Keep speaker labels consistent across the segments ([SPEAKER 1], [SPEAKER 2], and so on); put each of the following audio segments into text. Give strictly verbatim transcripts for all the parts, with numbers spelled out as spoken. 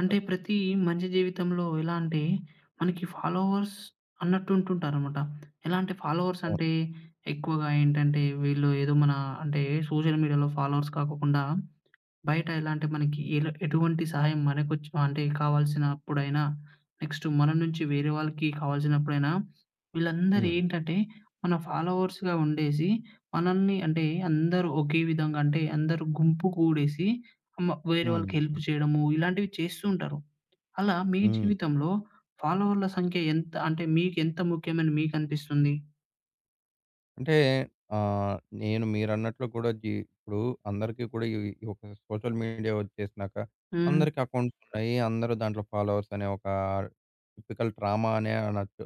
[SPEAKER 1] అంటే ప్రతి మనిషి జీవితంలో ఎలా అంటే మనకి ఫాలోవర్స్ అన్నట్టు ఉంటుంటారనమాట. ఎలా అంటే ఫాలోవర్స్
[SPEAKER 2] అవును.
[SPEAKER 1] అంటే ఎక్కువగా ఏంటంటే వీళ్ళు ఏదో మన అంటే సోషల్ మీడియాలో ఫాలోవర్స్ కాకోకుండా బయట ఎలా అంటే మనకి ఎల ఎటువంటి సహాయం మనకొచ్చి అంటే కావాల్సినప్పుడైనా, నెక్స్ట్ మన నుంచి వేరే వాళ్ళకి కావాల్సినప్పుడైనా, వీళ్ళందరూ
[SPEAKER 2] హ్మ్.
[SPEAKER 1] ఏంటంటే మన ఫాలోవర్స్‌గా ఉండేసి, మనల్ని అంటే అందరూ ఒకే విధంగా అంటే అందరూ గుంపు కూడేసి మ వేరే
[SPEAKER 2] హ్మ్.
[SPEAKER 1] వాళ్ళకి హెల్ప్ చేయడము, ఇలాంటివి చేస్తూ ఉంటారు. అలా మీ
[SPEAKER 2] హ్మ్.
[SPEAKER 1] జీవితంలో ఫాలోవర్ల సంఖ్య ఎంత అంటే మీకెంత ముఖ్యమని మీకనిపిస్తుంది?
[SPEAKER 2] అంటే ఆహ్, నేను మీరన్నట్లు కూడా జీ ఇప్పుడు అందరికీ కూడా ఈ ఈ ఒక సోషల్ మీడియా వచ్చేసినాక
[SPEAKER 1] హ్మ్.
[SPEAKER 2] అందరికి అకౌంట్స్ ఉన్నాయి. అందరూ దాంట్లో ఫాలోవర్స్ అనే ఒక టిపికల్ ట్రామా అనే అనొచ్చు.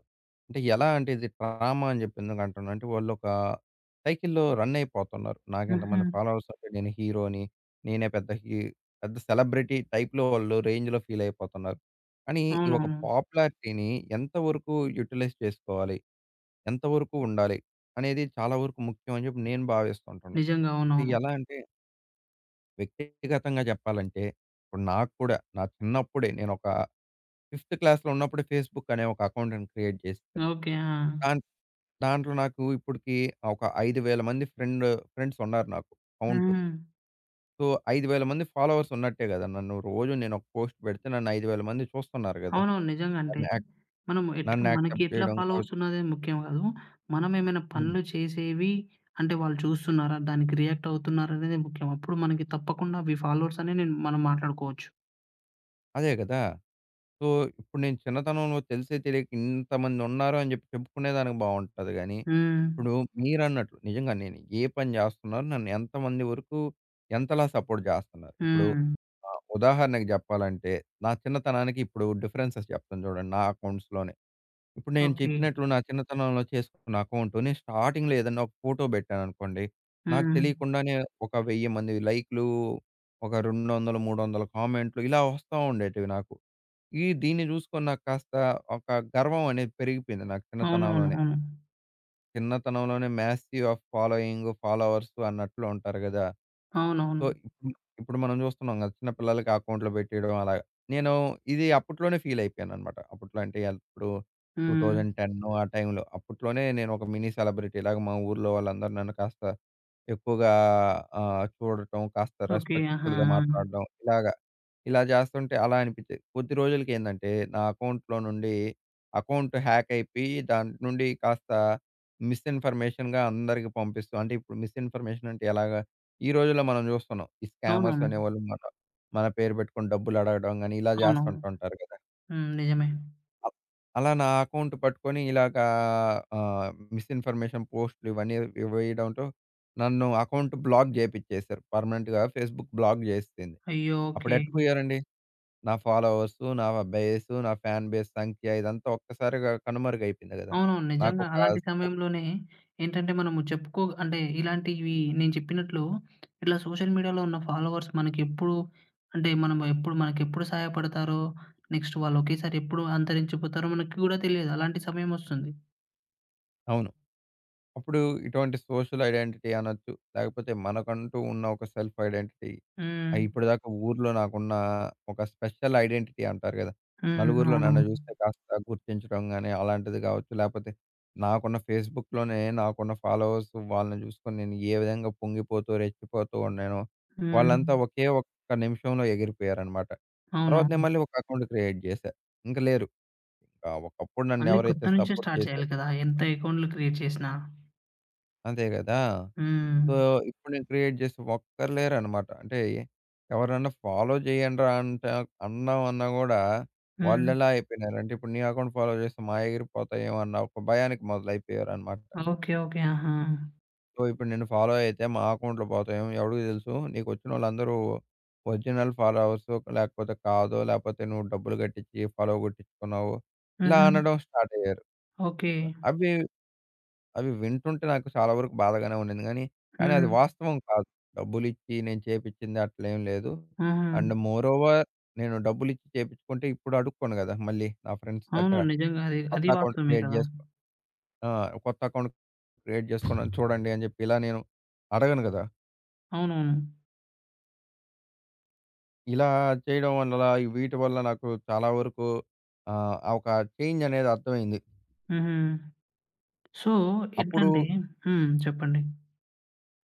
[SPEAKER 2] అంటే ఎలా అంటే ఇది ట్రామా అని చెప్పి ఎందుకు అంటున్నా అంటే వాళ్ళు ఒక సైకిల్‌లో రన్ అయిపోతున్నారు. నాకు
[SPEAKER 1] హుహు.
[SPEAKER 2] ఇంతమంది ఫాలోవర్స్ ఉంటే నేను హీరోని, నేనే పెద్ద హీ పెద్ద సెలబ్రిటీ టైప్‌లో వాళ్ళు రేంజ్‌లో ఫీల్ అయిపోతున్నారు. కానీ ఈ ఒక
[SPEAKER 1] అవునవును.
[SPEAKER 2] పాపులారిటీని ఎంతవరకు యుటిలైజ్ చేసుకోవాలి? ఎంతవరకు ఉండాలి? అనేది చాలా వరకు ముఖ్యం అని చెప్పి నేను భావిస్తుంటున్నా.
[SPEAKER 1] నిజంగా.
[SPEAKER 2] అంటే
[SPEAKER 1] అవునవును.
[SPEAKER 2] ఎలా అంటే వ్యక్తిగతంగా చెప్పాలంటే, ఇప్పుడు నాకు కూడా నా చిన్నప్పుడే నేనొక ఫిఫ్త్ క్లాస్‌లో ఉన్నప్పుడే ఫేస్‌బుక్ అనే ఒక అకౌంట్‌ని క్రియేట్ చేశా.
[SPEAKER 1] ఓకే. ఆ!
[SPEAKER 2] దాన్ దాంట్లో నాకు ఇప్పటికి ఒక అయిదు వేల మంది ఫ్రెండ్ ఫ్రెండ్స్ ఉన్నారు నాకు కౌంటు.
[SPEAKER 1] హ్మ్.
[SPEAKER 2] సో, అయిదు వేల మంది ఫాలోవర్స్ ఉన్నట్టే కదా! నన్ను రోజు నేను ఒక పోస్ట్ పెడితే నన్ను అయిదు వేల మంది చూస్తున్నారు కదా!
[SPEAKER 1] అవునవును. నిజంగా అంటే,
[SPEAKER 2] నన్ను యాక్
[SPEAKER 1] మనం ఎట్లా
[SPEAKER 2] నన్ను
[SPEAKER 1] మనకి
[SPEAKER 2] యాక్సెప్ట్
[SPEAKER 1] ఎట్లా
[SPEAKER 2] చేయడం
[SPEAKER 1] ఫాలోవర్స్
[SPEAKER 2] కావచ్చు.
[SPEAKER 1] ఉన్నది ముఖ్యం గాదు. మనం ఏమైనా
[SPEAKER 2] హ్మ్.
[SPEAKER 1] పనులు చేసేవి అంటే వాళ్ళు చూస్తున్నారా? దానికి రియాక్ట్ అవుతున్నారా? అనేది ముఖ్యం. అప్పుడు మనకి తప్పకుండా అవి ఫాలోవర్స్ అని నేను మనం మాట్లాడుకోవచ్చు.
[SPEAKER 2] అదే కదా! సో, ఇప్పుడు నేను చిన్నతనంలో తెలిసే తెలియక ఇంతమందున్నారు అని జెప్పి చెప్పుకునేదానికి బావుంటది గానీ,
[SPEAKER 1] హ్మ్.
[SPEAKER 2] ఇప్పుడు మీరన్నట్లు నిజంగా నేను ఏ పని జేస్తున్నారు, నన్ను ఎంతమంది వరకు ఎంతలా సపోర్ట్ జేస్తున్నారు. ఇప్పుడు
[SPEAKER 1] హ్మ్.
[SPEAKER 2] ఆహ్, ఉదాహరణకు జెప్పాలంటే, నా చిన్నతనానికి ఇప్పుడు డిఫరెన్సెస్ జెప్తాను జూడండి నా అకౌంట్స్‌లోనే. ఇప్పుడు నేను
[SPEAKER 1] ఓకే.
[SPEAKER 2] చెప్పినట్లు నా చిన్నతనంలో చేసుకున్న అకౌంట్ నేను స్టార్టింగ్‌లో ఏదన్నా ఒక ఫోటో బెట్టాననుకోండి, నాకు
[SPEAKER 1] హ్మ్.
[SPEAKER 2] తెలియకుండానే ఒక వెయ్యి మంది లైక్‌లు, ఒక రెండు వందల, మూడు వందల కామెంట్లు ఇలా వస్తా ఉండేటివి నాకు. ఈ దీన్ని జూసుకొని నాకు కాస్త ఒక గర్వం అనేది పెరిగిపోయింది నాకు
[SPEAKER 1] అవునవును.
[SPEAKER 2] చిన్నతనంలోనే.
[SPEAKER 1] అవును.
[SPEAKER 2] చిన్నతనంలోనే మ్యాసివ్ ఆఫ్ ఫాలోయింగ్, ఫాలోవర్స్ అన్నట్లు ఉంటారు గదా! సో,
[SPEAKER 1] అవునవును.
[SPEAKER 2] ఇప్పుడు ఇప్పుడు మనం జూస్తున్నాం గదా! చిన్న పిల్లలకి అకౌంట్‌లో పెట్టేయడం అలాగా. నేను ఇది అప్పట్లోనే ఫీల్ అయిపోయానన్నమాట. అప్పట్లో అంటే ఎప్పుడు
[SPEAKER 1] హ్మ్.
[SPEAKER 2] రెండు వేల పది ఆ టైంలో. అప్పట్లోనే నేను ఒక మినీ సెలబ్రిటీలాగా మా ఊర్లో వాళ్ళందరూ నన్ను కాస్త ఎక్కువగా ఆహ్, చూడటం, కాస్త
[SPEAKER 1] ఓకే. ఆహా!
[SPEAKER 2] రెస్పెక్ట్‌ఫుల్‌గా
[SPEAKER 1] ఆ!
[SPEAKER 2] మాట్లాడడం ఇలాగ. ఇలా చేస్తుంటే అలా అనిపిచ్చేది. కొద్ది రోజులకేందంటే, నా అకౌంట్‌లో నుండి అకౌంట్ హ్యాక్ అయిపోయి, దాంట్ నుండి కాస్త మిస్‌ఇన్ఫర్మేషన్‌గా అందరికి పంపిస్తూ అంటే ఇప్పుడు మిస్‌ఇన్ఫర్మేషన్ అంటే ఎలాగా? ఈ రోజుల్లో మనం చూస్తున్నాం. ఈ స్కామర్స్
[SPEAKER 1] అవునవును.
[SPEAKER 2] అనేవాళ్ళు మన మన పేరు పెట్టుకొని డబ్బులడగడం గాని, ఇలా
[SPEAKER 1] అవునవును.
[SPEAKER 2] చేస్తుంటుంటారు కదా!
[SPEAKER 1] హ్మ్. నిజమే.
[SPEAKER 2] అ అలా నా అకౌంట్ పట్టుకొని ఇలాగా ఆహ్, మిస్‌ఇన్ఫర్మేషన్ పోస్ట్‌లు ఇవన్నీ వేయడంతో నన్ను అకౌంట్ బ్లాక్ చేపిచ్చేసారు. పర్మనెంట్‌గా ఫేస్‌బుక్ బ్లాక్ చేసేసింది.
[SPEAKER 1] అయ్యో!
[SPEAKER 2] అప్పుడు
[SPEAKER 1] ఓకే.
[SPEAKER 2] ఎట్టా పోయారండి? నా ఫాలోవర్సు, నా బేసు, నా ఫ్యాన్ బేస్ సంఖ్య ఇదంతా ఒక్కసారిగా కనుమరుగైపోయింది గదా!
[SPEAKER 1] అవునవును. నిజంగా
[SPEAKER 2] నాకొక
[SPEAKER 1] అలాంటి
[SPEAKER 2] సో
[SPEAKER 1] సమయంలోనే ఏంటంటే మనము చెప్పుకో అంటే ఇలాంటివి నేను చెప్పినట్లు ఇట్లా సోషల్ మీడియాలో ఉన్న ఫాలోవర్స్ మనకెప్పుడు అంటే మనం ఎప్పుడు మనకెప్పుడు సహాయపడతారో, నెక్స్ట్ వాళ్ళు ఒకేసారి ఎప్పుడు అంతరించిపోతారో మనకి గూడా తెలియదు. అలాంటి సమయం ఒస్తుంది.
[SPEAKER 2] అవును. అప్పుడు ఇటువంటి సోషల్ ఐడెంటిటీ అనొచ్చు. లేకపోతే మనకంటూ ఉన్న ఒక సెల్ఫ్ ఐడెంటిటీ. ఆ!
[SPEAKER 1] హ్మ్.
[SPEAKER 2] ఇప్పటిదాకా ఊర్లో నాకున్న ఒక స్పెషల్ ఐడెంటిటీ అంటారు గదా!
[SPEAKER 1] హ్మ్.
[SPEAKER 2] నలుగురిలో నన్ను
[SPEAKER 1] అవునవును.
[SPEAKER 2] జూస్తే కాస్త గుర్తించడం గాని, అలాంటిది కావచ్చు. లేపోతే నాకున్న ఫేస్‌బుక్‌లోనే నాకున్న ఫాలోవర్స్ వాళ్ళని జూసుకొని నేను ఏ విధంగా పొంగిపోతూ, రెచ్చిపోతూ ఉన్నానో,
[SPEAKER 1] హ్మ్.
[SPEAKER 2] వాళ్ళంతా ఒకే ఒక్క నిమిషంలో ఎగిరిపోయారనమాట. తర్వాత నేను
[SPEAKER 1] అవునవును.
[SPEAKER 2] మళ్ళీ ఒక అకౌంట్ క్రియేట్ జేశా. ఇంక లేరు. ఇంకా ఒకప్పుడు నన్ను
[SPEAKER 1] మళ్ళీ కొత్త
[SPEAKER 2] ఎవరైతే
[SPEAKER 1] నుంచే
[SPEAKER 2] సపోర్ట్
[SPEAKER 1] స్టార్ట్ చేయాలి
[SPEAKER 2] చేశారో
[SPEAKER 1] కదా! ఎంత అకౌంట్‌లు క్రియేట్ చేసినా.
[SPEAKER 2] అదే గదా!
[SPEAKER 1] హ్మ్.
[SPEAKER 2] సో, ఇప్పుడు నేను క్రియేట్ చేసి ఒక్కరు లేరనమాట. అంటే ఎవరన్నా ఫాలో చేయండ్రా అంటే అన్నాం అన్నా గూడా
[SPEAKER 1] హ్మ్.
[SPEAKER 2] వాళ్ళెలా అయిపోయినారంటే ఇప్పుడు నీ అకౌంట్ ఫాలో చేస్తే మాయి ఎగిరిపోతాయేమో అన్న ఒక భయానికి మొదలైపోయారనమాట.
[SPEAKER 1] ఓకే. ఓకే. ఆహా!
[SPEAKER 2] సో, ఇప్పుడు నిన్ను ఫాలో అయితే మా అకౌంట్‌లో పోతాయేమో ఎవడికి తెలుసు? నీకొచ్చినోళ్ళందరూ ఒరిజినల్ ఫాలోవర్సు లేకపోతే కాదు. లేకపోతే నువ్వు డబ్బులు కట్టించి ఫాలో కొట్టించుకున్నావు. ఇలా
[SPEAKER 1] హుహు.
[SPEAKER 2] అనడం స్టార్ట్ అయ్యారు.
[SPEAKER 1] ఓకే.
[SPEAKER 2] అవి అవి వింటుంటే నాకు చాలా వరకు బాధగానే ఉండింది గానీ, కానీ అది
[SPEAKER 1] హ్మ్.
[SPEAKER 2] వాస్తవం కాదు. డబ్బులిచ్చి నేను చేపిచ్చింది అట్లేం లేదు. అండ్
[SPEAKER 1] హుహు.
[SPEAKER 2] మోర్ ఓవర్ నేను డబ్బులిచ్చి చేపిచ్చుకుంటే ఇప్పుడు అడుక్కోను గదా! మళ్ళీ నా ఫ్రెండ్స్
[SPEAKER 1] అవును.
[SPEAKER 2] దగ్గర.
[SPEAKER 1] నిజంగా అది,
[SPEAKER 2] కొత్త
[SPEAKER 1] అది
[SPEAKER 2] అకౌంట్
[SPEAKER 1] వాస్తవమే
[SPEAKER 2] క్రియేట్
[SPEAKER 1] కదా!
[SPEAKER 2] జేసుకో ఆ! కొత్త అకౌంట్ క్రియేట్ జేసుకున్నాను చూడండి అని జెప్పి ఇలా నేను అడగను గదా!
[SPEAKER 1] అవునవును.
[SPEAKER 2] ఇలా చేయడం వల్ల వీటి వల్ల నాకు చాలా వరకు ఆహ్, ఆ ఒక చేంజ్ అనేది అర్థమైంది.
[SPEAKER 1] హుహు. సో,
[SPEAKER 2] అప్పుడు
[SPEAKER 1] ఎట్లంటే హ్మ్. చెప్పండి.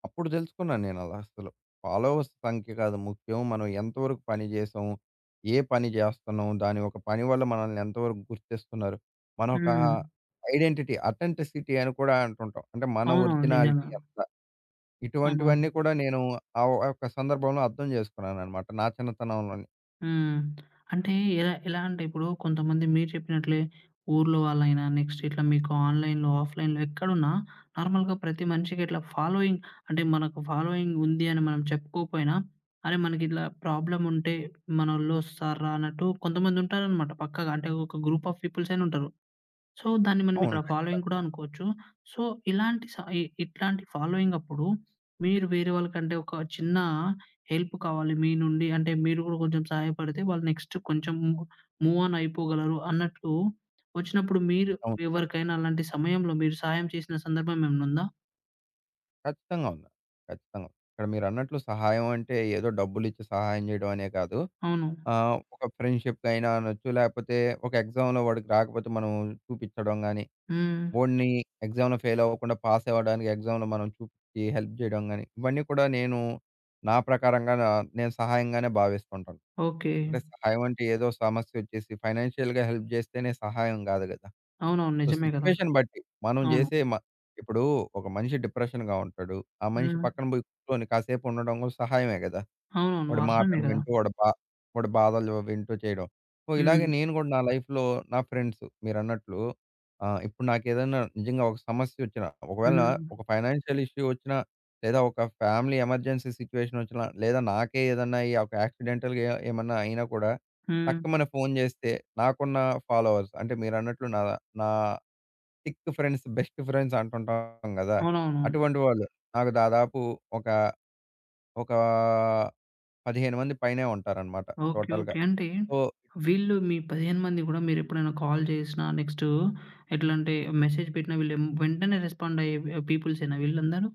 [SPEAKER 2] అప్పుడు తెలుసుకున్నాను నేనలా అసలు. ఫాలోవర్స్ సంఖ్య కాదు ముఖ్యం. మనం ఎంతవరకు పని చేసాం, ఏ పని చేస్తున్నాం, దాని ఒక పని వల్ల మనల్ని ఎంతవరకు గుర్తిస్తున్నారు. మన ఒక
[SPEAKER 1] హ్మ్.
[SPEAKER 2] ఐడెంటిటీ, అథెంటిసిటీ అని కూడా అంటుంటాం. అంటే మన
[SPEAKER 1] అవునవును. నిజంగా.
[SPEAKER 2] ఒరిజినాలిటీ ఎంత.
[SPEAKER 1] అవునవును.
[SPEAKER 2] ఇటువంటివన్నీ కూడా నేను ఆ ఒక్క సందర్భంలో అర్థం చేసుకున్నానన్నమాట నా చిన్నతనంలోనే.
[SPEAKER 1] హ్మ్. అంటే ఎలా ఎలా అంటే ఇప్పుడు కొంతమంది మీరు చెప్పినట్లే ఊర్లో వాళ్ళైనా, నెక్స్ట్ ఇట్లా మీకు ఆన్‌లైన్‌లో, ఆఫ్‌లైన్‌లో ఎక్కడున్నా నార్మల్‌గా ప్రతి మనిషికి ఇట్లా ఫాలోయింగ్ అంటే మనకు ఫాలోయింగ్ ఉంది అని మనం చెప్పుకోకపోయినా, అరే! మనకిట్లా ప్రాబ్లమ్ ఉంటే మనోళ్ళు వస్తార్రా అన్నట్టు కొంతమంది ఉంటారనమాట పక్కాగా. అంటే ఒక గ్రూప్ ఆఫ్ పీపుల్స్ అయినా ఉంటారు. సో, దాన్ని మనం
[SPEAKER 2] అవును.
[SPEAKER 1] ఇక్కడ
[SPEAKER 2] ఖచ్చి
[SPEAKER 1] ఫాలోయింగ్ కూడా అనుకోవచ్చు. సో, ఇలాంటి స ఇ ఇట్లాంటి ఫాలోయింగ్ అప్పుడు మీరు వేరే వాళ్ళకంటే ఒక చిన్న హెల్ప్ కావాలి మీ నుండి. అంటే మీరు కూడా కొంచెం సహాయపడితే వాళ్ళు నెక్స్ట్ కొంచెం ము మూవ్ ఆన్ అయిపోగలరు అన్నట్టు వచ్చినప్పుడు మీరు
[SPEAKER 2] అవును.
[SPEAKER 1] ఎవరికైనా అలాంటి సమయంలో మీరు సహాయం చేసిన సందర్భం ఏమన్నా ఉందా?
[SPEAKER 2] ఖచ్చితంగా ఉంది. ఖచ్చితంగా. ఇక్కడ మీరన్నట్లు సహాయం అంటే ఏదో డబ్బులిచ్చి సహాయం చేయడం అనే కాదు.
[SPEAKER 1] అవును.
[SPEAKER 2] ఆహ్, ఒక ఫ్రెండ్‌షిప్‌కైనా అనొచ్చు. లేపోతే ఒక ఎగ్జామ్‌లో వాడికి రాకపోతే మనం చూపిచ్చడం గాని,
[SPEAKER 1] హ్మ్.
[SPEAKER 2] వోడిని ఎగ్జామ్‌లో ఫెయిల్ అవ్వకుండా పాస్ అవ్వడానికి ఎగ్జామ్‌లో మనం చూపిచ్చి హెల్ప్ చేయడం గాని, ఇవన్నీ కూడా నేను నా ప్రకారంగా నా నేను సహాయంగానే భావిస్తుంటాను.
[SPEAKER 1] ఓకే.
[SPEAKER 2] అంటే సహాయం అంటే ఏదో సమస్యొచ్చేసి ఫైనాన్షియల్‌గా హెల్ప్ చేస్తేనే సహాయం గాదు గదా!
[SPEAKER 1] అవునవును.
[SPEAKER 2] సో,
[SPEAKER 1] నిజమే కదా!
[SPEAKER 2] సిట్యుయేషన్ బట్టి మనం
[SPEAKER 1] అవును.
[SPEAKER 2] చేసే మ ఇప్పుడు ఒక మనిషి డిప్రెషన్‌గా ఉంటాడు. ఆ మనిషి
[SPEAKER 1] హ్మ్.
[SPEAKER 2] పక్కన పోయి కూర్చొని కాసేపు ఉండడం కూడా సహాయమే గదా!
[SPEAKER 1] అవునవును.
[SPEAKER 2] వాడి
[SPEAKER 1] వాస్తవమే
[SPEAKER 2] మాటలు
[SPEAKER 1] కదా!
[SPEAKER 2] వింటూ, వాడి బా వాడి బాధలు వింటూ చేయడం. సో, ఇలాగే
[SPEAKER 1] హ్మ్.
[SPEAKER 2] నేను గూడా నా లైఫ్‌లో నా ఫ్రెండ్స్ మీరన్నట్లు ఆహ్, ఇప్పుడు నాకేదైనా నిజంగా ఒక సమస్యొచ్చినా, ఒకవేళ
[SPEAKER 1] హ్మ్.
[SPEAKER 2] ఒక ఫైనాన్షియల్ ఇష్యూ ఒచ్చినా, లేదా ఒక ఫ్యామిలీ ఎమర్జెన్సీ సిట్యుయేషన్ ఒచ్చినా, లేదా నాకే ఏదన్నా ఈ ఒక యాక్సిడెంటల్‌గా ఏమన్నా అయినా కూడా
[SPEAKER 1] హ్మ్.
[SPEAKER 2] టక్కుమని ఫోను జేస్తే నాకున్న ఫాలోవర్స్ అంటే మీరన్నట్లు నా నా థిక్ ఫ్రెండ్స్, బెస్ట్ ఫ్రెండ్స్ అంటుంటాం గదా!
[SPEAKER 1] అవునవునవును.
[SPEAKER 2] అటువంటి వాళ్ళు నాకు దాదాపు ఒక, ఒకా పదిహేను మంది పైనే ఉంటారనమాట
[SPEAKER 1] ఓకే.
[SPEAKER 2] టోటల్‌గా.
[SPEAKER 1] ఓకే. అంటే
[SPEAKER 2] సో
[SPEAKER 1] వీళ్ళు మీ పదిహేను మంది గూడా మీరెప్పుడైనా కాల్ చేసినా నెక్స్టు ఎట్లంటే మెసేజ్ పెట్టినా వీళ్ళు ఎం- వెంటనే రెస్పాండ్ అయ్యే ఆహ్, పీపుల్సేనా వీళ్ళందరూ?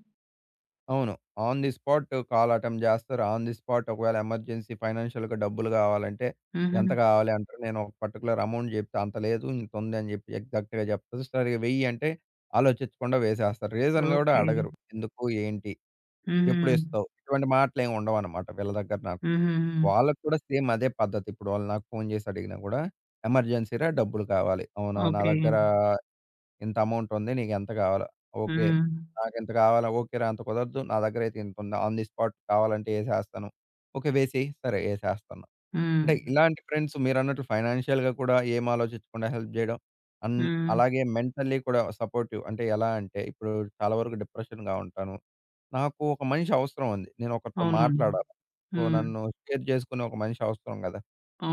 [SPEAKER 2] అవును. On the spot call attempt చేస్తారు. ఆన్ ది స్పాట్ ఒకవేళ ఎమర్జెన్సీ ఫైనాన్షియల్‌గా డబ్బులు కావాలంటే, ఎంత
[SPEAKER 1] హుహు.
[SPEAKER 2] కావాలి అంటారు. నేను ఒక పర్టిక్యులర్ అమౌంట్ చెప్తే అంత లేదు, ఇంత ఉంది అని చెప్పి ఎగ్జాక్ట్‌గా చెప్తారు. సరే వెయ్యి అంటే ఆలోచించకుండా వేసేస్తారు. రీజన్ కూడా
[SPEAKER 1] ఓకే.
[SPEAKER 2] అడగరు. ఎందుకు? ఏంటి?
[SPEAKER 1] హుహు.
[SPEAKER 2] ఎప్పుడు ఇస్తావు? ఇటువంటి మాటలేమి ఉండవనమాట వీళ్ళ దగ్గర నాకు.
[SPEAKER 1] హుహుహు.
[SPEAKER 2] వాళ్ళకి కూడా సేమ్ అదే పద్ధతి. ఇప్పుడు వాళ్ళు నాకు ఫోను చేసి అడిగినా కూడా ఎమర్జెన్సీ‌రా డబ్బులు కావాలి. అవునా? నా
[SPEAKER 1] ఓకే.
[SPEAKER 2] దగ్గర ఇంత అమౌంటుంది. నీకెంత కావాలో? ఓకే.
[SPEAKER 1] హ్మ్.
[SPEAKER 2] నాకింత కావాలా? ఓకేరా అంత కుదరదు. నా దగ్గరైతే ఇంతుంది. ఆన్ ది స్పాట్ కావాలంటే ఏసేస్తాను. ఓకే. వేసేయి. సరే ఏసేస్తాను.
[SPEAKER 1] హ్మ్.
[SPEAKER 2] అంటే ఇలాంటి ఫ్రెండ్స్ మీరన్నట్లు ఫైనాన్షియల్‌గా కూడా ఏం ఆలోచించకుండా హెల్ప్ జేయడం. అండ్
[SPEAKER 1] హ్మ్.
[SPEAKER 2] అలాగే మెంటల్లీ కూడా సపోర్టివ్. అంటే ఎలా అంటే ఇప్పుడు చాలా వరకు డిప్రెషన్‌గా ఉంటాను. నాకు ఒక మనిషి అవసరం ఉంది. నేను ఒకరితో
[SPEAKER 1] అవునవును.
[SPEAKER 2] మాట్లాడాలి. సో,
[SPEAKER 1] హ్మ్.
[SPEAKER 2] నన్ను షేర్ చేసుకునే ఒక మనిషి అవసరం గదా!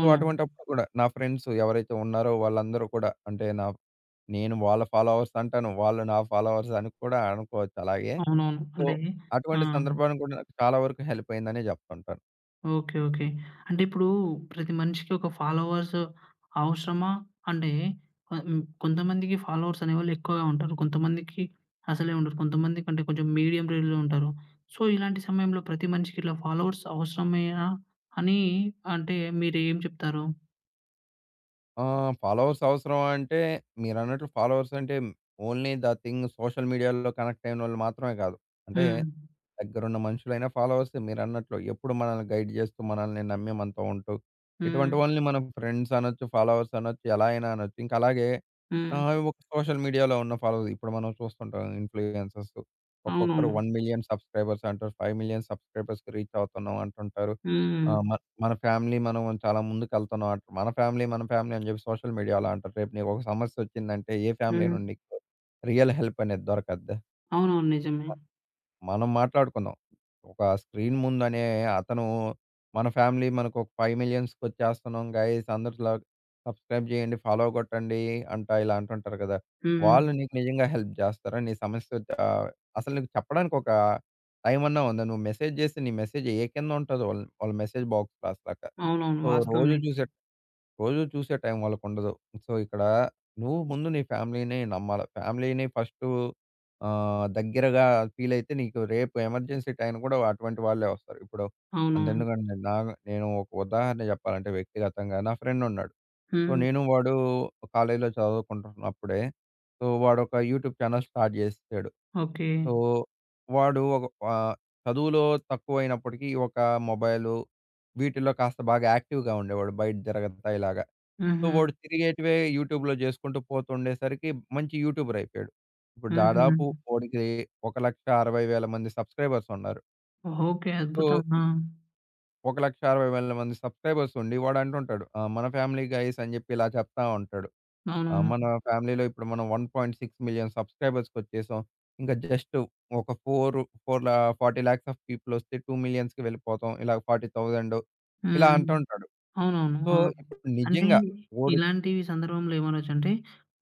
[SPEAKER 2] సో, అటువంటప్పుడు కూడా నా ఫ్రెండ్స్ ఎవరైతే ఉన్నారో వాళ్ళందరూ కూడా అంటే నా నేను వాళ్ళ ఫాలోవర్స్ అంటాను. వాళ్ళు నా ఫాలోవర్స్ అని కూడా అనుకోవచ్చు అలాగే.
[SPEAKER 1] అవునవును.
[SPEAKER 2] సో,
[SPEAKER 1] అంటే ఆ!
[SPEAKER 2] అటువంటి సందర్భాన్ని కూడా నాకు చాలా వరకు హెల్ప్ అయిందనే జెప్తుంటాను.
[SPEAKER 1] ఓకే. ఓకే. అంటే ఇప్పుడు ప్రతి మనిషికి ఒక ఫాలోవర్స్ అవసరమా? అంటే ఆహ్, హ్మ్. కొంతమందికి ఫాలోవర్స్ అనేవాళ్ళు ఎక్కువగా ఉంటారు. కొంతమందికి అసలే ఉండరు. కొంతమందికి అంటే కొంచెం మీడియం రేంజ్‌లో ఉంటారు. సో, ఇలాంటి సమయంలో ప్రతి మనిషికి ఇట్లా ఫాలోవర్స్ అవసరమేనా అని అంటే మీరేం చెప్తారు?
[SPEAKER 2] ఆహ్, ఫాలోవర్స్ అవసరమా అంటే మీరన్నట్లు ఫాలోవర్స్ అంటే ఓన్లీ ద థింగ్ సోషల్ మీడియాలో కనెక్ట్ అయినోళ్ళు మాత్రమే కాదు. అంటే
[SPEAKER 1] హ్మ్.
[SPEAKER 2] దగ్గరున్న మనుషులైనా, ఫాలోవర్సే మీరన్నట్లు. ఎప్పుడు మనల్ని గైడ్ చేస్తూ, మనల్ని నమ్మి మనతో ఉంటూ,
[SPEAKER 1] హ్మ్.
[SPEAKER 2] ఇటువంటి వాళ్ళని మనం ఫ్రెండ్స్ అనొచ్చు, ఫాలోవర్స్ అనొచ్చు, ఎలా అయినా అనొచ్చు. ఇంకా అలాగే
[SPEAKER 1] హ్మ్.
[SPEAKER 2] ఆహ్, ఒక సోషల్ మీడియాలో ఉన్న ఫాలోవర్స్ ఇప్పుడు మనం చూస్తుంటాం ఇన్‌ఫ్లుయెన్సర్స్. ఒక్కొక్కరు
[SPEAKER 1] అవునవును.
[SPEAKER 2] పది లక్షల సబ్‌స్క్రైబర్స్ అంటారు. యాభై లక్షల సబ్‌స్క్రైబర్స్‌కి రీచ్ అవుతున్నాం అంటుంటారు.
[SPEAKER 1] హ్మ్.
[SPEAKER 2] ఆహ్, మన మన ఫ్యామిలీ మనం చాలా ముందుకెళ్తున్నాం అంటారు. మన ఫ్యామిలీ, మన ఫ్యామిలీ అని చెప్పి సోషల్ మీడియాలో అంటారు. రేపు నీకొక సమస్యొచ్చిందంటే ఏ ఫ్యామిలీ
[SPEAKER 1] హ్మ్.
[SPEAKER 2] నుండి నీకు రియల్ హెల్ప్ అనేది దొరకద్దా?
[SPEAKER 1] అవునవును. నిజమే.
[SPEAKER 2] మనం మాట్లాడుకుందాం. ఒక స్క్రీన్ ముందనే అతను మన ఫ్యామిలీ మనకు ఒక 5,000,000కి వచ్చేస్తున్నాం గైస్ అందరిలా సబ్స్క్రైబ్ చేయండి, ఫాలో కొట్టండి అంటా ఇలా అంటుంటారు కదా!
[SPEAKER 1] హ్మ్.
[SPEAKER 2] వాళ్ళు నీకు నిజంగా హెల్ప్ చేస్తారా? నీ సమస్య ఆహ్, అసలు నీకు చెప్పడానికి ఒక టైం అన్నా ఉందా? నువ్వు మెసేజ్ చేస్తే నీ మెసేజ్ ఏ కింద ఉంటదో వాళ్ళ వాళ్ళ మెసేజ్ బాక్స్‌లో అసలక.
[SPEAKER 1] అవునవును.
[SPEAKER 2] సో, రోజు
[SPEAKER 1] వాస్తవమే.
[SPEAKER 2] చూసే రోజు చూసే టైం వాళ్ళకుండదు. సో, ఇక్కడ నువ్వు ముందు నీ ఫ్యామిలీ‌ని నమ్మాల. ఫ్యామిలీ‌ని ఫస్టు ఆహ్, దగ్గరగా ఫీలయితే నీకు రేపు ఎమర్జెన్సీ టైం కూడా అటువంటి వాళ్ళే వస్తారు. ఇప్పుడు
[SPEAKER 1] అవునవును.
[SPEAKER 2] అంతెందుకండి నా నేను ఒక ఉదాహరణ చెప్పాలంటే వ్యక్తిగతంగా నా ఫ్రెండున్నాడు. సో,
[SPEAKER 1] హ్మ్.
[SPEAKER 2] నేను వాడు కాలేజీలో చదువుకుంటున్నప్పుడే సో, వాడొక యూట్యూబ్ ఛానల్ స్టార్ట్ చేసేసాడు.
[SPEAKER 1] ఓకే.
[SPEAKER 2] సో, వాడు ఒక ఆహ్, చదువులో తక్కువైనప్పటికీ ఒక మొబైలు వీటిల్లో కాస్త బాగా యాక్టివ్‌గా ఉండేవాడు. బయట తిరగతా ఇలాగ. సో,
[SPEAKER 1] హుహు.
[SPEAKER 2] వాడు తిరిగేటివే యూట్యూబ్‌లో జేసుకుంటూ పోతుండేసరికి మంచి యూట్యూబర్ అయిపోయాడు. ఇప్పుడు
[SPEAKER 1] హుహు.
[SPEAKER 2] దాదాపు వాడికి ఒక,అరవై వేల మంది సబ్స్క్రైబర్స్ ఉన్నారు.
[SPEAKER 1] ఓకే.
[SPEAKER 2] సో,
[SPEAKER 1] అద్భుతం. ఆ!
[SPEAKER 2] ఒక,అరవై వేల మంది సబ్స్క్రైబర్స్ ఉండి వాడు అంటుంటాడు. ఆహ్, మన ఫ్యామిలీ గైస్ అని జెప్పి ఇలా చెప్తా ఉంటాడు. ఆహ్,
[SPEAKER 1] అవునవును.
[SPEAKER 2] మన ఫ్యామిలీలో ఇప్పుడు మనం పదహారు లక్షల సబ్స్క్రైబర్స్‌కొచ్చేసాం. ఇంకా జస్ట్ ఒక నాలుగు, నాలుగు లా నలభై లాక్స్ ఆఫ్ పీపుల్ వస్తే 2,000,000కి వెళ్ళిపోతాం. ఇలా నలభై వేల ఇలా
[SPEAKER 1] హ్మ్.
[SPEAKER 2] అంటుంటాడు.
[SPEAKER 1] అవునవును.
[SPEAKER 2] సో,
[SPEAKER 1] ఆ!
[SPEAKER 2] ఇప్పుడు
[SPEAKER 1] అంటే
[SPEAKER 2] నిజంగా ఓడు
[SPEAKER 1] ఇలాంటివి సందర్భంలో ఏమనొచ్చంటే,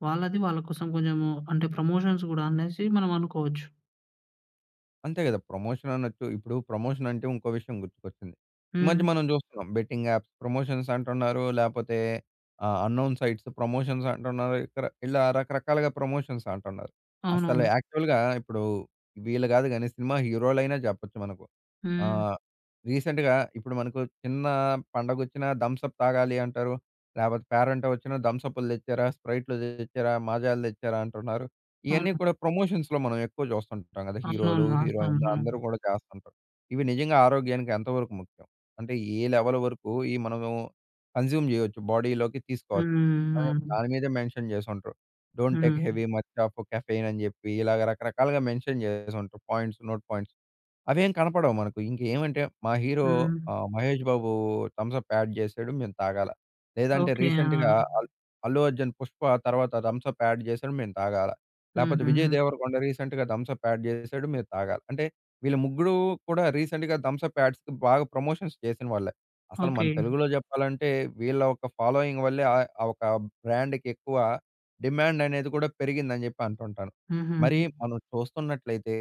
[SPEAKER 1] వాళ్ళది వాళ్ళ కోసం కొంచెము అంటే ప్రమోషన్స్ గూడా అనేసి మనం అనుకోవచ్చు.
[SPEAKER 2] అంతే గదా! ప్రమోషన్ అనొచ్చు. ఇప్పుడు ప్రమోషన్ అంటే ఇంకో విషయం గుర్తుకొచ్చింది. ఈ మధ్య
[SPEAKER 1] హ్మ్.
[SPEAKER 2] మనం చూస్తున్నాం. బెట్టింగ్ యాప్స్ ప్రమోషన్స్ అంటున్నారు. లేపోతే ఆహ్, అన్‌నోన్ సైట్స్ ప్రమోషన్స్ అంటున్నారు. ఇక్కడ ఇలా రకరకాలుగా ప్రమోషన్స్ అంటున్నారు. అసలు
[SPEAKER 1] అవునవును.
[SPEAKER 2] యాక్చువల్‌గా ఇప్పుడు వీళ్ళు గాదు గానీ సినిమా హీరోలైనా చెప్పొచ్చు మనకు.
[SPEAKER 1] హ్మ్.
[SPEAKER 2] ఆహ్, రీసెంట్‌గా ఇప్పుడు మనకు చిన్న పండగొచ్చినా థమ్స్ అప్ తాగాలి అంటారు. లేపోతే పేరంట్ డే వచ్చినా థమ్స్ అప్‌లు తెచ్చారా, స్ప్రైట్‌లు తెచ్చారా, మాజాలు తెచ్చారా అంటున్నారు. ఇయన్నీ
[SPEAKER 1] అవును.
[SPEAKER 2] కూడా ప్రమోషన్స్‌లో మనం ఎక్కువ జూస్తుంటాం గదా! హీరోలు,
[SPEAKER 1] అవునవును. వాస్తవం.
[SPEAKER 2] హీరోయిన్‌లు
[SPEAKER 1] అవును.
[SPEAKER 2] అందరూ గూడా చేస్తుంటారు. ఇవి నిజంగా ఆరోగ్యానికి ఎంతవరకు ముఖ్యం? అంటే ఏ లెవెల్ వరకు ఈ మనము కన్జ్యూమ్ జేయొచ్చు, బాడీలోకి తీసుకోవచ్చు.
[SPEAKER 1] హ్మ్.
[SPEAKER 2] కానీ
[SPEAKER 1] అవును.
[SPEAKER 2] దాని మీదే మెన్షన్ చేసుంటారు. Don't take
[SPEAKER 1] hmm.
[SPEAKER 2] Heavy much of caffeine అని జెప్పి ఇలాగ రకరకాలుగా మెన్షన్ జేసుంటారు పాయింట్స్, నోట్ పాయింట్స్. అవేం కనపడవు మనకు. ఇంకేమంటే మా హీరో
[SPEAKER 1] హ్మ్.
[SPEAKER 2] ఆహ్, 'Mahesh Babu' Thums up ad జేసాడు మేము తాగాల. లేదంటే
[SPEAKER 1] ఓకే. ఆ!
[SPEAKER 2] రీసెంట్‌గా అల్ 'అల్లు అర్జున్' 'పుష్ప' తర్వాత థమ్స్ అప్ యాడ్ జేసాడు మేము తాగాల. లేపోతే 'విజయ్
[SPEAKER 1] హుహుహు.
[SPEAKER 2] దేవరకొండ' రీసెంట్‌గా థమ్స్ అప్ యాడ్ చేసాడు. మీరు తాగాలి. అంటే వీళ్ళు ముగ్గురు కూడా రీసెంట్‌గా థమ్స్ అప్ యాడ్స్‌కి బాగా ప్రమోషన్స్ చేసిన వాళ్ళే. అసలు
[SPEAKER 1] ఓకే.
[SPEAKER 2] మన తెలుగులో చెప్పాలంటే వీళ్ళ ఒక ఫాలోయింగ్ వల్లే ఆహ్, ఆ ఒక బ్రాండ్‌కి ఎక్కువ డిమాండ్ అనేది కూడా పెరిగిందని చెప్పి అంటుంటాను.
[SPEAKER 1] హుహు.
[SPEAKER 2] మరి మనం చూస్తున్నట్లయితే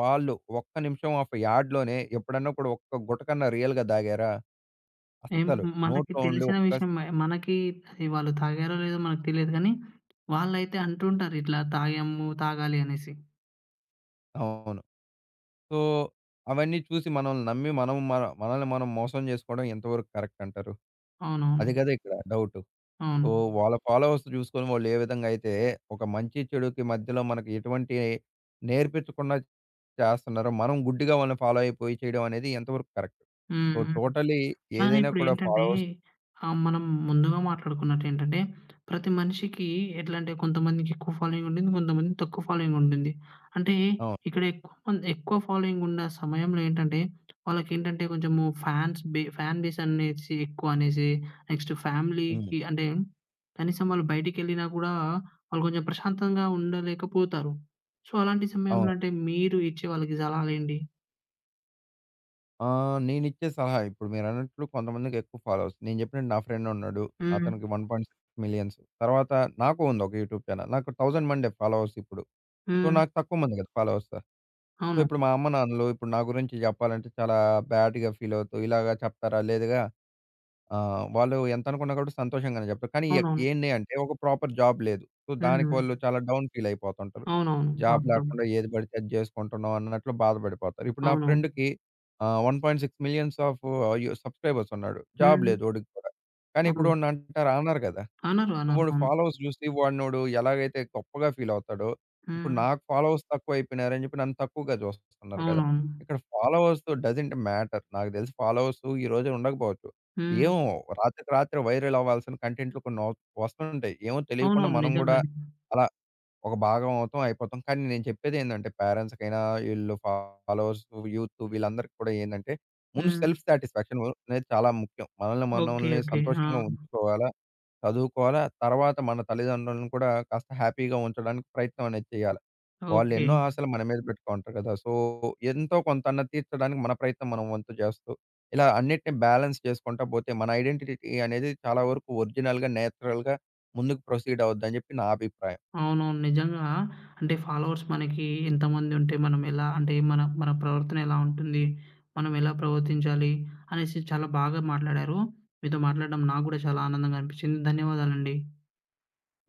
[SPEAKER 2] వాళ్ళు ఒక్క నిమిషం ఒక యాడ్‌లోనే ఎప్పుడన్నా కూడా ఒక్క గుటకన్నా రియల్‌గా తాగారా?
[SPEAKER 1] ఏం
[SPEAKER 2] అస్సలు.
[SPEAKER 1] మనకి
[SPEAKER 2] నోట్లో ఉండి
[SPEAKER 1] తెలిసిన
[SPEAKER 2] ఒక్క
[SPEAKER 1] విషయమే. మనకి అది వాళ్ళు తాగారో లేదో మనకు తెలీదు గానీ, వాళ్ళైతే అంటుంటారు ఇట్లా తాగాము, తాగాలి అనేసి.
[SPEAKER 2] అవును. సో, అవన్నీ చూసి మనల్ని నమ్మి మనం మన మనల్ని మనం మోసం జేసుకోవడం ఎంతవరకు కరెక్ట్ అంటారు?
[SPEAKER 1] అవునవును.
[SPEAKER 2] అది గదా ఇక్కడ డౌటు.
[SPEAKER 1] అవును.
[SPEAKER 2] సో, వాళ్ళ ఫాలోవర్స్ జూసుకొని వాళ్ళు ఏ విధంగా అయితే ఒక మంచి, చెడుకి మధ్యలో మనకు ఎటువంటి నేర్పించకుండా చేస్తున్నారో, మనం గుడ్డిగా వాళ్ళని ఫాలో అయిపోయి చేయడం అనేది ఎంతవరకు కరెక్ట్?
[SPEAKER 1] హ్మ్.
[SPEAKER 2] సో,
[SPEAKER 1] హ్మ్.
[SPEAKER 2] టోటలీ
[SPEAKER 1] ఆ!
[SPEAKER 2] ఏదైనా కూడా
[SPEAKER 1] ఇప్పుడేంటంటే
[SPEAKER 2] ఫాలోవర్స్.
[SPEAKER 1] ఆహ్, మనం ముందుగా మాట్లాడుకున్నట్టేంటంటే, ప్రతి మనిషికి ఎట్లంటే కొంతమందికి ఎక్కువ ఫాలోయింగ్ ఉంటుంది. కొంతమందికి తక్కువ ఫాలోయింగ్ ఉంటుంది. అంటే
[SPEAKER 2] అవును.
[SPEAKER 1] ఇక్కడ ఎక్కువ మంది ఎక్కువ ఫాలోయింగ్ ఉన్న సమయంలో ఏంటంటే, వాళ్ళకేంటంటే కొంచెము ఫ్యాన్స్ బే ఫ్యాన్ బేస్ అనేసి ఎక్కువ అనేసి, నెక్స్ట్
[SPEAKER 2] హ్మ్.
[SPEAKER 1] ఫ్యామిలీకి అంటే కనీసం వాళ్ళు బయటికెళ్ళినా కూడా వాళ్ళు కొంచెం ప్రశాంతంగా ఉండలేకపోతారు. సో, అలాంటి సమయంలో
[SPEAKER 2] అవును.
[SPEAKER 1] అంటే మీరు ఇచ్చే వాళ్ళకి సలహాలేంటి?
[SPEAKER 2] ఆ! నేనిచ్చే సలహా ఇప్పుడు మీరన్నట్లు కొంతమందికి ఎక్కువ ఫాలోవర్స్. నేను చెప్పినట్టు నా ఫ్రెండ్ ఉన్నాడు.
[SPEAKER 1] హ్మ్.
[SPEAKER 2] అతనికి one hmm. Point six millions. తర్వాత నాకు ఉంది ఒక యూట్యూబ్ ఛానెల్. నాకు వెయ్యి మందే ఫాలోవర్స్ ఇప్పుడు. సో,
[SPEAKER 1] హ్మ్.
[SPEAKER 2] నాకు తక్కువ మంది కదా! ఫాలోవర్స్. సో,
[SPEAKER 1] అవును.
[SPEAKER 2] ఇప్పుడు మా అమ్మ, నాన్నలు ఇప్పుడు నా గురించి చెప్పాలంటే చాలా బ్యాడ్‌గా ఫీల్ అవుతూ, ఇలాగ చెప్తారా లేదుగా. ఆ! వాళ్ళు ఎంతనుకున్నా కూడా సంతోషంగానే చెప్తారు. కానీ ఎక్
[SPEAKER 1] అవునవును.
[SPEAKER 2] ఏంది అంటే ఒక ప్రాపర్ జాబ్ లేదు. సో, దానికి
[SPEAKER 1] హ్మ్.
[SPEAKER 2] వాళ్ళు చాలా డౌన్ ఫీల్ అయిపోతుంటారు.
[SPEAKER 1] అవునవును.
[SPEAKER 2] జాబ్
[SPEAKER 1] వాస్తవం.
[SPEAKER 2] లేకుండా ఏది పడితే అది చేసుకుంటున్నాం అన్నట్లు బాధపడిపోతారు. ఇప్పుడు నా
[SPEAKER 1] అవును.
[SPEAKER 2] ఫ్రెండ్‌కి ఆహ్, one point six millions of you subscribers ఉన్నాడు. జాబ్
[SPEAKER 1] హ్మ్.
[SPEAKER 2] లేదు వాడికి కూడా. కానీ ఇప్పుడు
[SPEAKER 1] అవును.
[SPEAKER 2] నన్ను అంటారు అనరు కదా!
[SPEAKER 1] అనరు. అనరు.
[SPEAKER 2] వాడు
[SPEAKER 1] అవును.
[SPEAKER 2] ఫాలోవర్స్ చూసి వాడినోడు ఎలాగైతే గొప్పగా ఫీల్ అవుతాడో, ఇప్పుడు
[SPEAKER 1] హ్మ్.
[SPEAKER 2] నాకు ఫాలోవర్స్ తక్కువైపోయినారని చెప్పి నన్ను తక్కువగా చూస్తున్నారు కదా!
[SPEAKER 1] అవునవును.
[SPEAKER 2] ఇక్కడ ఫాలోవర్స్ డజంట్ మ్యాటర్. నాకు తెలిసి ఫాలోవర్స్ ఈ రోజు ఉండకపోవచ్చు.
[SPEAKER 1] హ్మ్.
[SPEAKER 2] ఏమో రాత్రికి రాత్రి వైరల్ అవ్వాల్సిన కంటెంట్లు కొన్ని వ వస్తుంటాయి. ఏమో తెలియకుండా
[SPEAKER 1] అవునవును.
[SPEAKER 2] మనం గూడా
[SPEAKER 1] నిజంగానే.
[SPEAKER 2] అలా ఒక భాగం అవుతాం, అయిపోతాం. కానీ నేను చెప్పేదేందంటే పేరెంట్స్‌కైనా, ఈళ్ళు ఫాలోవర్స్, యూత్ వీళ్ళందరికీ కూడా ఏందంటే ముందు
[SPEAKER 1] హ్మ్.
[SPEAKER 2] సెల్ఫ్ సాటిస్ఫాక్షన్ అనేది చాలా ముఖ్యం. మనల్ని
[SPEAKER 1] ఓకే.
[SPEAKER 2] మనల్ని
[SPEAKER 1] ఓకే. ఆ!
[SPEAKER 2] సంతోషంగా ఉంచుకోవాల చదువుకోవాలా. తర్వాత మన తల్లిదండ్రులను కూడా కాస్త హ్యాపీగా ఉంచడానికి ప్రయత్నం అనేది చేయాలి.
[SPEAKER 1] ఓకే.
[SPEAKER 2] వాళ్ళెన్నో ఆశలు మన మీద పెట్టుకుంటారు కదా! సో, ఎంతో కొంతన్నా తీర్చడానికి మన ప్రయత్నం మనం వంతు చేస్తూ, ఇలా అన్నిటిని బ్యాలెన్స్ చేసుకుంటా పోతే మన ఐడెంటిటీ అనేది చాలా వరకు ఒరిజినల్‌గా, నేచురల్‌గా ముందుకు ప్రొసీడ్ అవుద్దని చెప్పి నా అభిప్రాయం.
[SPEAKER 1] అవునవును. నిజంగా అంటే ఫాలోవర్స్ మనకి ఎంతమంది ఉంటే మనం ఎలా అంటే మన మన ప్రవర్తన ఎలా ఉంటుంది? మనం ఎలా ప్రవర్తించాలి? అనేసి చాలా బాగా మాట్లాడారు. మీతో మాట్లాడడం నాకు గూడా చాలా ఆనందంగా అనిపించింది. ధన్యవాదాలండి.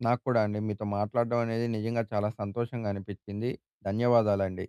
[SPEAKER 2] నాకు కూడా అండి మీతో మాట్లాడడం అనేది నిజంగా చాలా సంతోషంగా అనిపించింది. ధన్యవాదాలండి.